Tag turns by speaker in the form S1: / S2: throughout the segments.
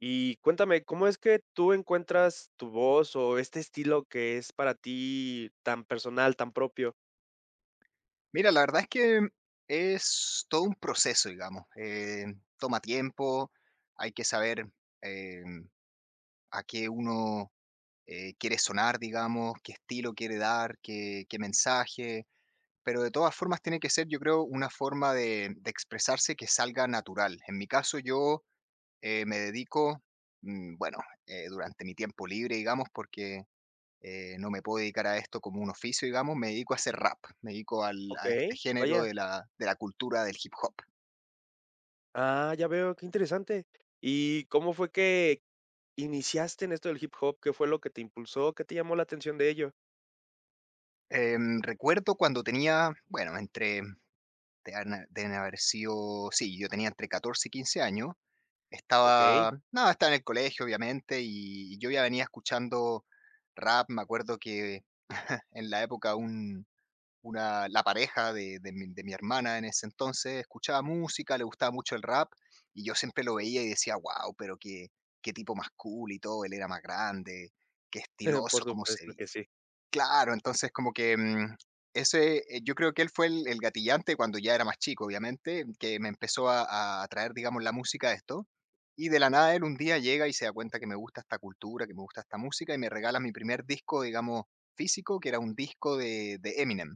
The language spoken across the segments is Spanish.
S1: Y cuéntame, ¿cómo es que tú encuentras tu voz o este estilo que es para ti tan personal, tan propio?
S2: Mira, la verdad es que es todo un proceso, digamos. Toma tiempo, hay que saber, eh, a qué uno quiere sonar, digamos, qué estilo quiere dar, qué mensaje, pero de todas formas tiene que ser, yo creo, una forma de expresarse que salga natural. En mi caso, yo me dedico, bueno, durante mi tiempo libre, digamos, porque no me puedo dedicar a esto como un oficio, digamos, me dedico a hacer rap, me dedico a este
S1: Okey,
S2: género
S1: vaya.
S2: de de la cultura del hip hop.
S1: Ah, ya veo, qué interesante. ¿Y cómo fue que iniciaste en esto del hip hop? ¿Qué fue lo que te impulsó? ¿Qué te llamó la atención de ello?
S2: Recuerdo cuando tenía, bueno, deben haber sido, sí, yo tenía entre 14 y 15 años,
S1: Okey,
S2: estaba, nada, estaba en el colegio, obviamente, y yo ya venía escuchando rap, me acuerdo que en la época una la pareja de mi hermana en ese entonces escuchaba música, le gustaba mucho el rap, y yo siempre lo veía y decía: "Guau, pero qué tipo más cool y todo, él era más grande, qué
S1: por
S2: estiloso cómo se
S1: supuesto
S2: vi".
S1: que sí.
S2: Claro, entonces como que, yo creo que él fue el gatillante cuando ya era más chico, obviamente, que me empezó a atraer, digamos, la música a esto, y de la nada él un día llega y se da cuenta que me gusta esta cultura, que me gusta esta música, y me regala mi primer disco, digamos, físico, que era un disco de Eminem.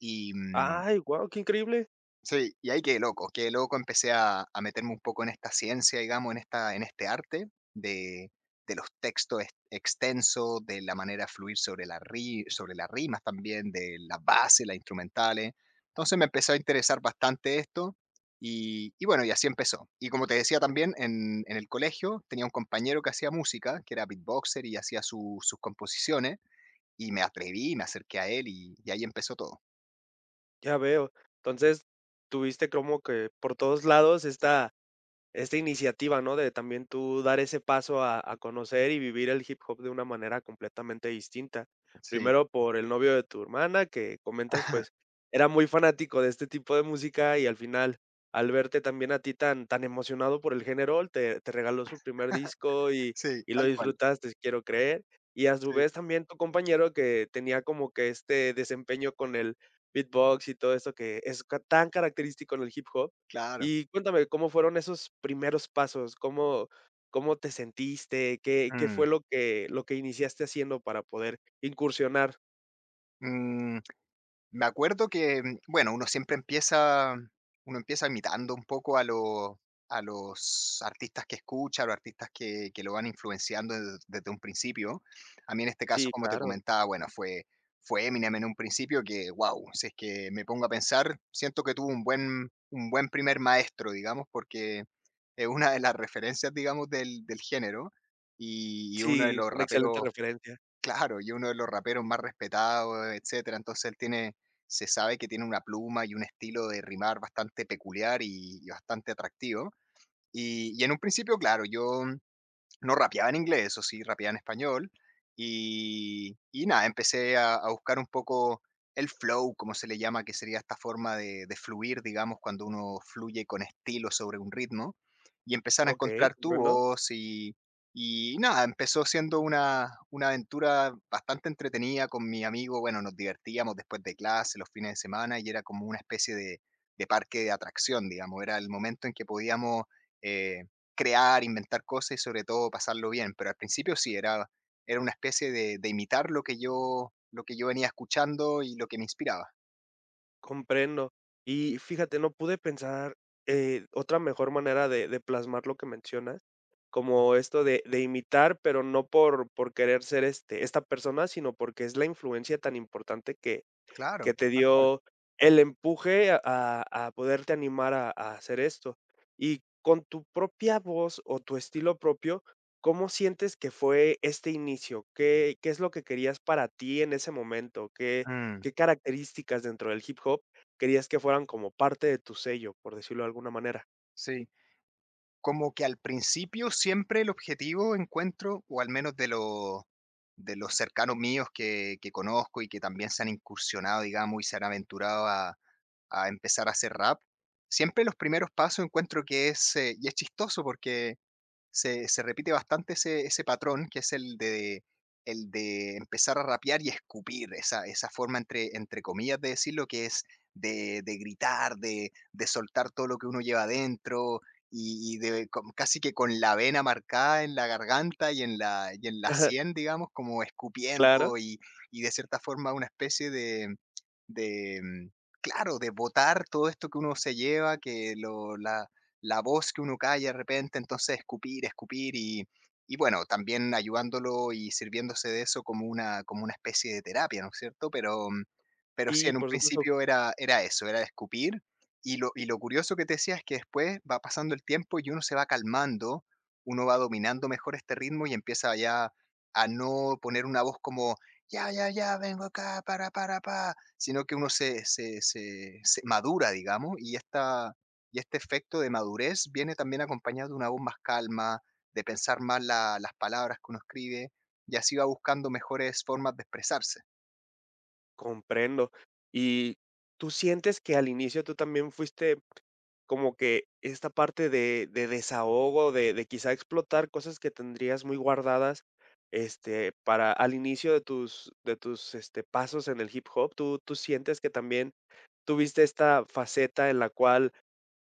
S2: Y, mm,
S1: Ay, guau, qué increíble.
S2: sí, y ahí quedé loco, empecé a meterme un poco en esta ciencia, digamos, en este arte de, de los textos extensos, de la manera de fluir sobre las rimas también, de las bases, las instrumentales. Entonces me empezó a interesar bastante esto y bueno, y así empezó. Y como te decía también, en el colegio tenía un compañero que hacía música, que era beatboxer y hacía sus composiciones y me atreví, me acerqué a él y ahí empezó todo.
S1: Ya veo. Entonces, tuviste como que por todos lados esta esta iniciativa, ¿no? De también tú dar ese paso a conocer y vivir el hip hop de una manera completamente distinta.
S2: Sí.
S1: Primero por el novio de tu hermana, que comentas, pues, era muy fanático de este tipo de música y al final, al verte también a ti tan emocionado por el género, te regaló su primer disco
S2: Sí,
S1: y lo
S2: tal cual,
S1: disfrutaste, quiero creer. Y a su
S2: sí,
S1: vez también tu compañero que tenía como que este desempeño con el beatbox y todo esto que es tan característico en el hip hop.
S2: claro.
S1: Y cuéntame, ¿cómo fueron esos primeros pasos? ¿Cómo cómo te sentiste? ¿Qué
S2: Mm,
S1: fue lo que iniciaste haciendo para poder incursionar?
S2: mm, Me acuerdo que, bueno, uno empieza imitando un poco a los artistas que escucha, a los artistas que lo van influenciando desde un principio. A mí en este caso,
S1: Sí,
S2: como te
S1: claro.
S2: comentaba, bueno, fue Eminem en un principio que, wow, si es que me pongo a pensar, siento que tuvo un buen primer maestro, digamos, porque es una de las referencias, digamos, del género y uno de
S1: Sí,
S2: los
S1: una excelente
S2: raperos.
S1: referencia.
S2: Claro, y uno de los raperos más respetados, etcétera. Entonces él tiene se sabe que tiene una pluma y un estilo de rimar bastante peculiar y bastante atractivo. Y en un principio, claro, yo no rapeaba en inglés, eso sí, rapeaba en español. Y nada, empecé a buscar un poco el flow, como se le llama, que sería esta forma de fluir, digamos, cuando uno fluye con estilo sobre un ritmo, y empezar a
S1: Okey,
S2: encontrar tu
S1: comprendo,
S2: voz. Y nada, empezó siendo una aventura bastante entretenida con mi amigo, bueno, nos divertíamos después de clase, los fines de semana, y era como una especie de parque de atracción, digamos, era el momento en que podíamos... eh, crear, inventar cosas y sobre todo pasarlo bien, pero al principio sí, era una especie de imitar lo que yo venía escuchando y lo que me inspiraba.
S1: comprendo. Y fíjate, no pude pensar, otra mejor manera de plasmar lo que mencionas, como esto de imitar, pero no por querer ser, este, esta persona, sino porque es la influencia tan importante
S2: Claro,
S1: que te
S2: tal cual.
S1: dio el empuje a poderte animar a hacer esto. Y con tu propia voz o tu estilo propio, ¿cómo sientes que fue este inicio? ¿Qué qué es lo que querías para ti en ese momento? ¿Qué
S2: Mm,
S1: qué características dentro del hip hop querías que fueran como parte de tu sello, por decirlo de alguna manera?
S2: sí. Como que al principio siempre el objetivo encuentro, o al menos de los cercanos míos que conozco y que también se han incursionado, digamos, y se han aventurado a empezar a hacer rap, siempre los primeros pasos encuentro que es, y es chistoso porque se repite bastante ese patrón, que es el de empezar a rapear y escupir, esa forma entre comillas de decirlo, que es de gritar, de soltar todo lo que uno lleva adentro casi que con la vena marcada en la garganta y en y en la
S1: Ajá.
S2: sien, digamos, como
S1: Claro.
S2: escupiendo. Y y de cierta forma una especie de, mm, claro, de botar todo esto que uno se lleva, la voz que uno cae de repente, entonces escupir, escupir. Y, y bueno, también ayudándolo y sirviéndose de eso como como una especie de terapia, ¿no es cierto? Pero sí,
S1: Y
S2: en un
S1: por supuesto,
S2: principio era eso, era escupir. Y lo curioso que te decía es que después va pasando el tiempo y uno se va calmando, uno va dominando mejor este ritmo y empieza ya a no poner una voz como, ya, ya, ya, vengo acá, para, sino que uno se madura, digamos, y este efecto de madurez viene también acompañado de una voz más calma, de pensar más las palabras que uno escribe, y así va buscando mejores formas de expresarse.
S1: comprendo. Y, ¿tú sientes que al inicio tú también fuiste como que esta parte de desahogo, de quizá explotar cosas que tendrías muy guardadas, este, para al inicio de tus, este, pasos en el hip hop, ¿tú tú sientes que también tuviste esta faceta en la cual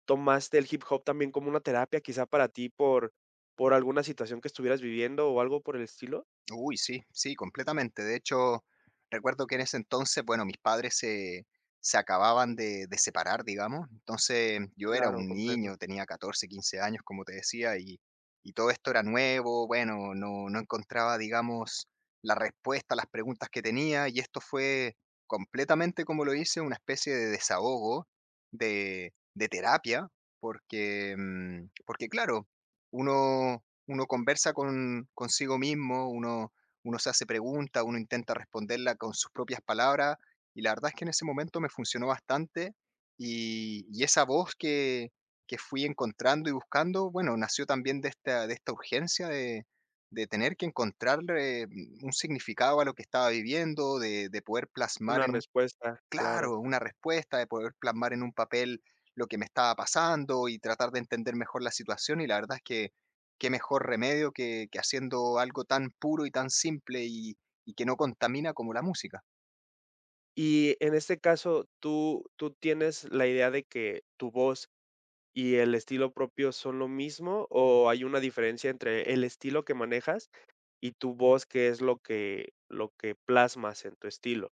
S1: tomaste el hip hop también como una terapia, quizá para ti por alguna situación que estuvieras viviendo o algo por el estilo?
S2: Uy, sí, sí, completamente. De hecho, recuerdo que en ese entonces, bueno, se acababan de separar, digamos. Entonces, yo era
S1: Claro,
S2: un
S1: comprendo.
S2: niño, tenía 14 15 años, como te decía, y todo esto era nuevo. Bueno, no encontraba, digamos, la respuesta a las preguntas que tenía. Y esto fue completamente, como lo hice, una especie de desahogo, de terapia, porque, porque claro, uno uno conversa consigo mismo, uno se hace preguntas, uno intenta responderla con sus propias palabras, y la verdad es que en ese momento me funcionó bastante, y esa voz que fui encontrando y buscando, bueno, nació también de esta urgencia de tener que encontrarle, un significado a lo que estaba viviendo, de poder plasmar
S1: Una
S2: en.
S1: respuesta, claro.
S2: Claro, una respuesta, de poder plasmar en un papel lo que me estaba pasando y tratar de entender mejor la situación, y la verdad es que qué mejor remedio que haciendo algo tan puro y tan simple y que no contamina como la música.
S1: Y en este caso, ¿tú tú tienes la idea de que tu voz y el estilo propio son lo mismo, o hay una diferencia entre el estilo que manejas y tu voz, que es lo que plasmas en tu estilo?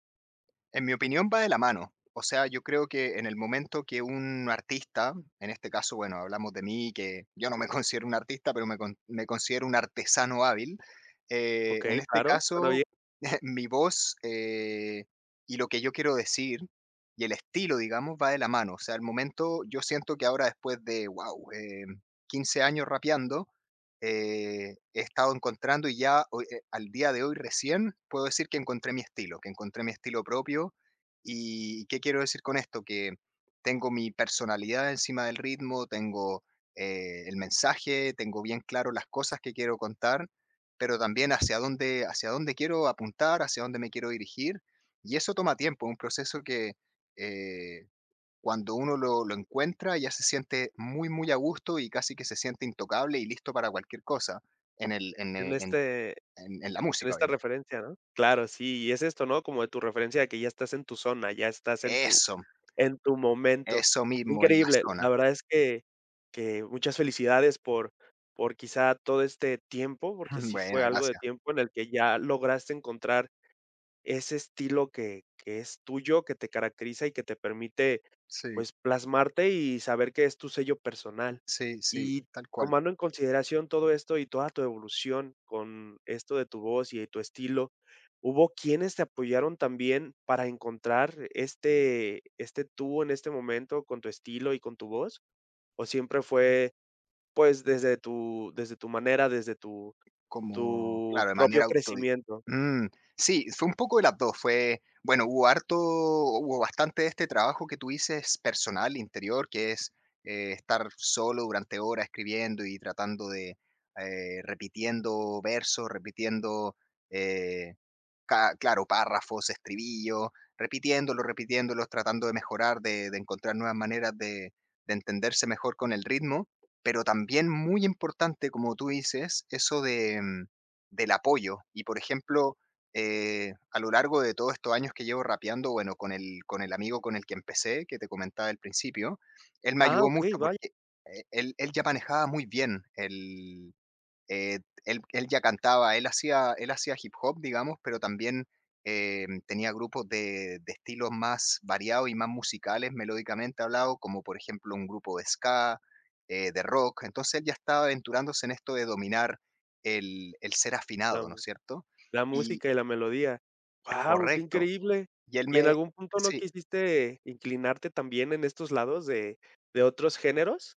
S2: En mi opinión va de la mano. O sea, yo creo que en el momento que un artista, en este caso, bueno, hablamos de mí, que yo no me considero un artista, pero me considero un artesano hábil, en
S1: Okey,
S2: este
S1: claro, suena bien
S2: caso, mi voz, y lo que yo quiero decir y el estilo, digamos, va de la mano. O sea, el momento, yo siento que ahora después de, wow, 15 años rapeando, he estado encontrando y ya al día de hoy recién puedo decir que encontré mi estilo, que encontré mi estilo propio. ¿Y qué quiero decir con esto? Que tengo mi personalidad encima del ritmo, tengo, el mensaje, tengo bien claro las cosas que quiero contar, pero también hacia dónde quiero apuntar, hacia dónde me quiero dirigir. Y eso toma tiempo, un proceso que, eh, cuando lo encuentra ya se siente muy, muy a gusto y casi que se siente intocable y listo para cualquier cosa en, el,
S1: en
S2: en la música,
S1: esta
S2: obviamente.
S1: referencia, ¿no? Claro, sí, y es esto, ¿no? Como de tu referencia de que ya estás en tu zona, ya estás
S2: Eso,
S1: en tu momento.
S2: eso mismo, en la
S1: Increíble, la
S2: zona.
S1: verdad es que muchas felicidades por quizá todo este tiempo, porque sí fue
S2: Buena,
S1: algo de
S2: gracias.
S1: tiempo en el que ya lograste encontrar ese estilo que es tuyo, que te caracteriza y que te permite,
S2: Sí,
S1: pues, plasmarte y saber que es tu sello personal.
S2: sí, sí,
S1: Y
S2: tal cual,
S1: tomando en consideración todo esto y toda tu evolución con esto de tu voz y de tu estilo, ¿hubo quienes te apoyaron también para encontrar este este tú en este momento con tu estilo y con tu voz? ¿O siempre fue, pues, desde tu manera, desde tu
S2: como
S1: tu
S2: claro, de
S1: propio
S2: manera autodidacta.
S1: crecimiento?
S2: mm, sí, fue un poco de las dos. Fue Bueno, hubo bastante de este trabajo que tú dices personal, interior, que es, estar solo durante horas escribiendo y tratando de, repitiendo versos, repitiendo, eh claro, párrafos, estribillos, repitiéndolos, repitiéndolos, tratando de mejorar, de encontrar nuevas maneras de entenderse mejor con el ritmo, pero también muy importante, como tú dices, eso de, del apoyo. Y por ejemplo, a lo largo de todos estos años que llevo rapeando, bueno, con el amigo con el que empecé, que te comentaba al principio, él me
S1: Ah,
S2: ayudó
S1: okey,
S2: mucho
S1: vaya.
S2: porque él ya manejaba muy bien el, él ya cantaba, él hacía hip hop, digamos, pero también, tenía grupos de estilos más variados y más musicales, melódicamente hablado, como por ejemplo un grupo de ska, de rock. Entonces él ya estaba aventurándose en esto de dominar el ser afinado, ¿no es cierto?
S1: La
S2: Y
S1: música y la melodía. Guau, qué
S2: correcto.
S1: increíble.
S2: Y él
S1: ¿Y en
S2: me,
S1: algún punto no
S2: sí.
S1: quisiste inclinarte también en estos lados de otros géneros?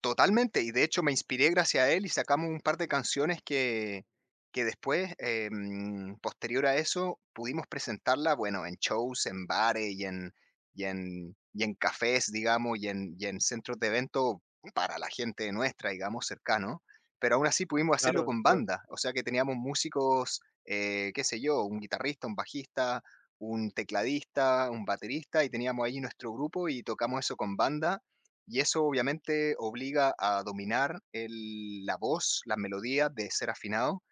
S2: Totalmente, y de hecho me inspiré gracias a él y sacamos un par de canciones que después, posterior a eso, pudimos presentarla, bueno, en shows, en bares y en cafés, digamos, y en centros de evento para la gente nuestra, digamos, cercano. Pero aún así pudimos hacerlo
S1: Claro,
S2: con
S1: claro,
S2: banda, o sea que teníamos músicos, qué sé yo, un guitarrista, un bajista, un tecladista, un baterista, y teníamos ahí nuestro grupo y tocamos eso con banda, y eso obviamente obliga a dominar el la voz, las melodías, de ser afinado.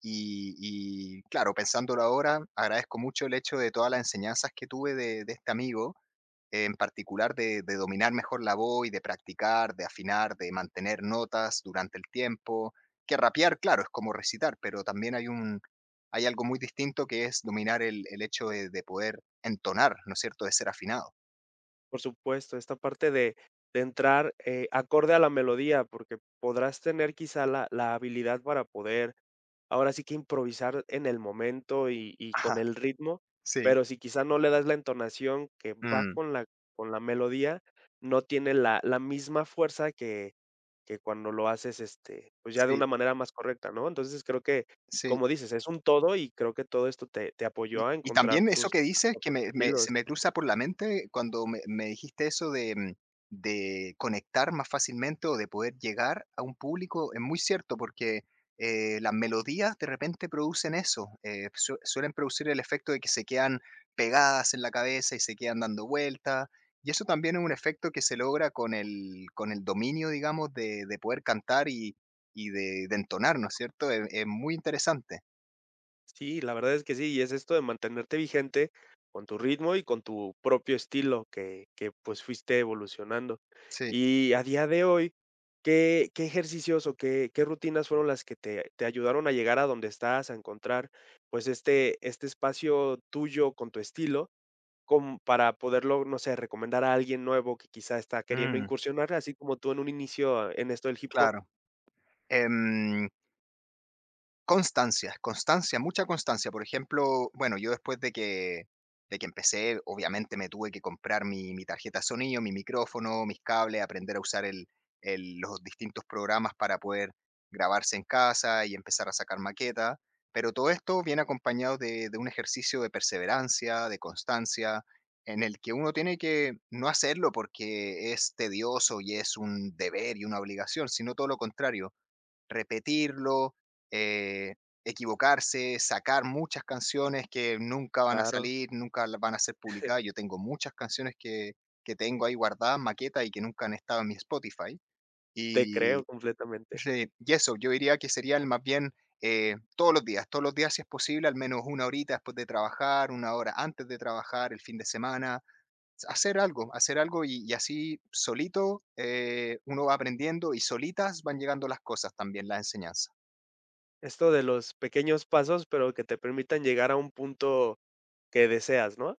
S2: Y claro, pensándolo ahora, agradezco mucho el hecho de todas las enseñanzas que tuve de este amigo, en particular de dominar mejor la voz y de practicar, de afinar, de mantener notas durante el tiempo. Que rapear, claro, es como recitar, pero también hay algo muy distinto que es dominar el hecho de poder entonar, ¿no es cierto?, de ser afinado.
S1: por supuesto, esta parte de entrar, acorde a la melodía, porque podrás tener quizá la la habilidad para poder ahora sí que improvisar en el momento y con
S2: Ajá,
S1: el ritmo,
S2: sí.
S1: pero si quizá no le das la entonación que va
S2: Mm,
S1: con la melodía, no tiene la la misma fuerza que cuando lo haces, este, pues, ya de
S2: sí,
S1: una manera más correcta, ¿no? Entonces, creo que,
S2: sí.
S1: como dices, es un todo, y creo que todo esto te te apoyó a
S2: Y
S1: encontrar
S2: también eso
S1: tus
S2: que
S1: tus
S2: dices que
S1: propios
S2: me me se
S1: estilos.
S2: me cruza por la mente cuando me dijiste eso de, de conectar más fácilmente o de poder llegar a un público, es muy cierto porque, las melodías de repente producen eso, suelen producir el efecto de que se quedan pegadas en la cabeza y se quedan dando vueltas, y eso también es un efecto que se logra con el dominio, digamos, de poder cantar y de entonar, ¿no es cierto? Es muy interesante.
S1: Sí, la verdad es que sí, y es esto de mantenerte vigente con tu ritmo y con tu propio estilo que, pues, fuiste evolucionando.
S2: Sí,
S1: Y a día de hoy, ¿qué qué ejercicios o qué qué rutinas fueron las que te te ayudaron a llegar a donde estás, a encontrar, pues, este este espacio tuyo con tu estilo, com para poderlo, no sé, recomendar a alguien nuevo que quizá está queriendo
S2: mm,
S1: incursionar, así como tú en un inicio en esto del hip hop?
S2: claro. Em, Constancia, constancia, mucha constancia. Por ejemplo, bueno, yo de que empecé, obviamente me tuve que comprar mi tarjeta de sonido, mi micrófono, mis cables, aprender a usar los distintos programas para poder grabarse en casa y empezar a sacar maqueta. Pero todo esto viene acompañado de un ejercicio de perseverancia, de constancia, en el que uno tiene que no hacerlo porque es tedioso y es un deber y una obligación, sino todo lo contrario, repetirlo, eh, equivocarse, sacar muchas canciones que nunca van a
S1: Claro,
S2: salir, nunca van a ser publicadas. Yo tengo muchas canciones que tengo ahí guardadas, maquetas y que nunca han estado en mi Spotify.
S1: te creo
S2: Y,
S1: completamente.
S2: sí, y eso, yo diría que sería el más bien, todos los días si es posible, al menos una horita después de trabajar, una hora antes de trabajar, el fin de semana, hacer algo y así solito, uno va aprendiendo y solitas van llegando las cosas también, las enseñanzas.
S1: Esto de los pequeños pasos, pero que te permitan llegar a un punto que deseas, ¿no?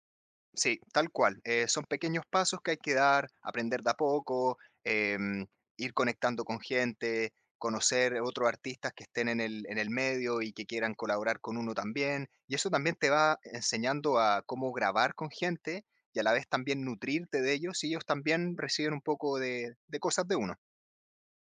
S2: Sí, tal cual. Son pequeños pasos que hay que dar, aprender de a poco, em, ir conectando con gente, conocer otros artistas que estén en el medio y que quieran colaborar con uno también. Y eso también te va enseñando a cómo grabar con gente y a la vez también nutrirte de ellos y ellos también reciben un poco de cosas de uno.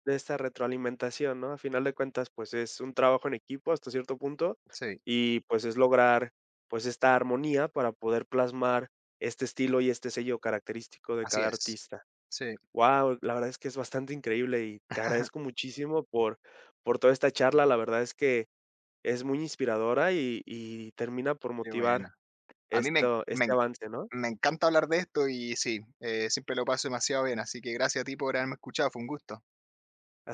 S1: De esta retroalimentación, ¿no? A final de cuentas, pues es un trabajo en equipo hasta cierto punto
S2: Sí,
S1: y pues es lograr pues esta armonía para poder plasmar este estilo y este sello característico de
S2: así
S1: cada
S2: es.
S1: artista.
S2: Sí,
S1: Wow, la verdad es que es bastante increíble y te agradezco muchísimo por toda esta charla. La verdad es que es muy inspiradora y termina por
S2: qué
S1: motivar
S2: buena. A mí
S1: esto, este avance, ¿no?
S2: me encanta hablar de esto y sí, siempre lo paso demasiado bien. Así que gracias a ti por haberme escuchado. Fue un gusto.
S1: Hasta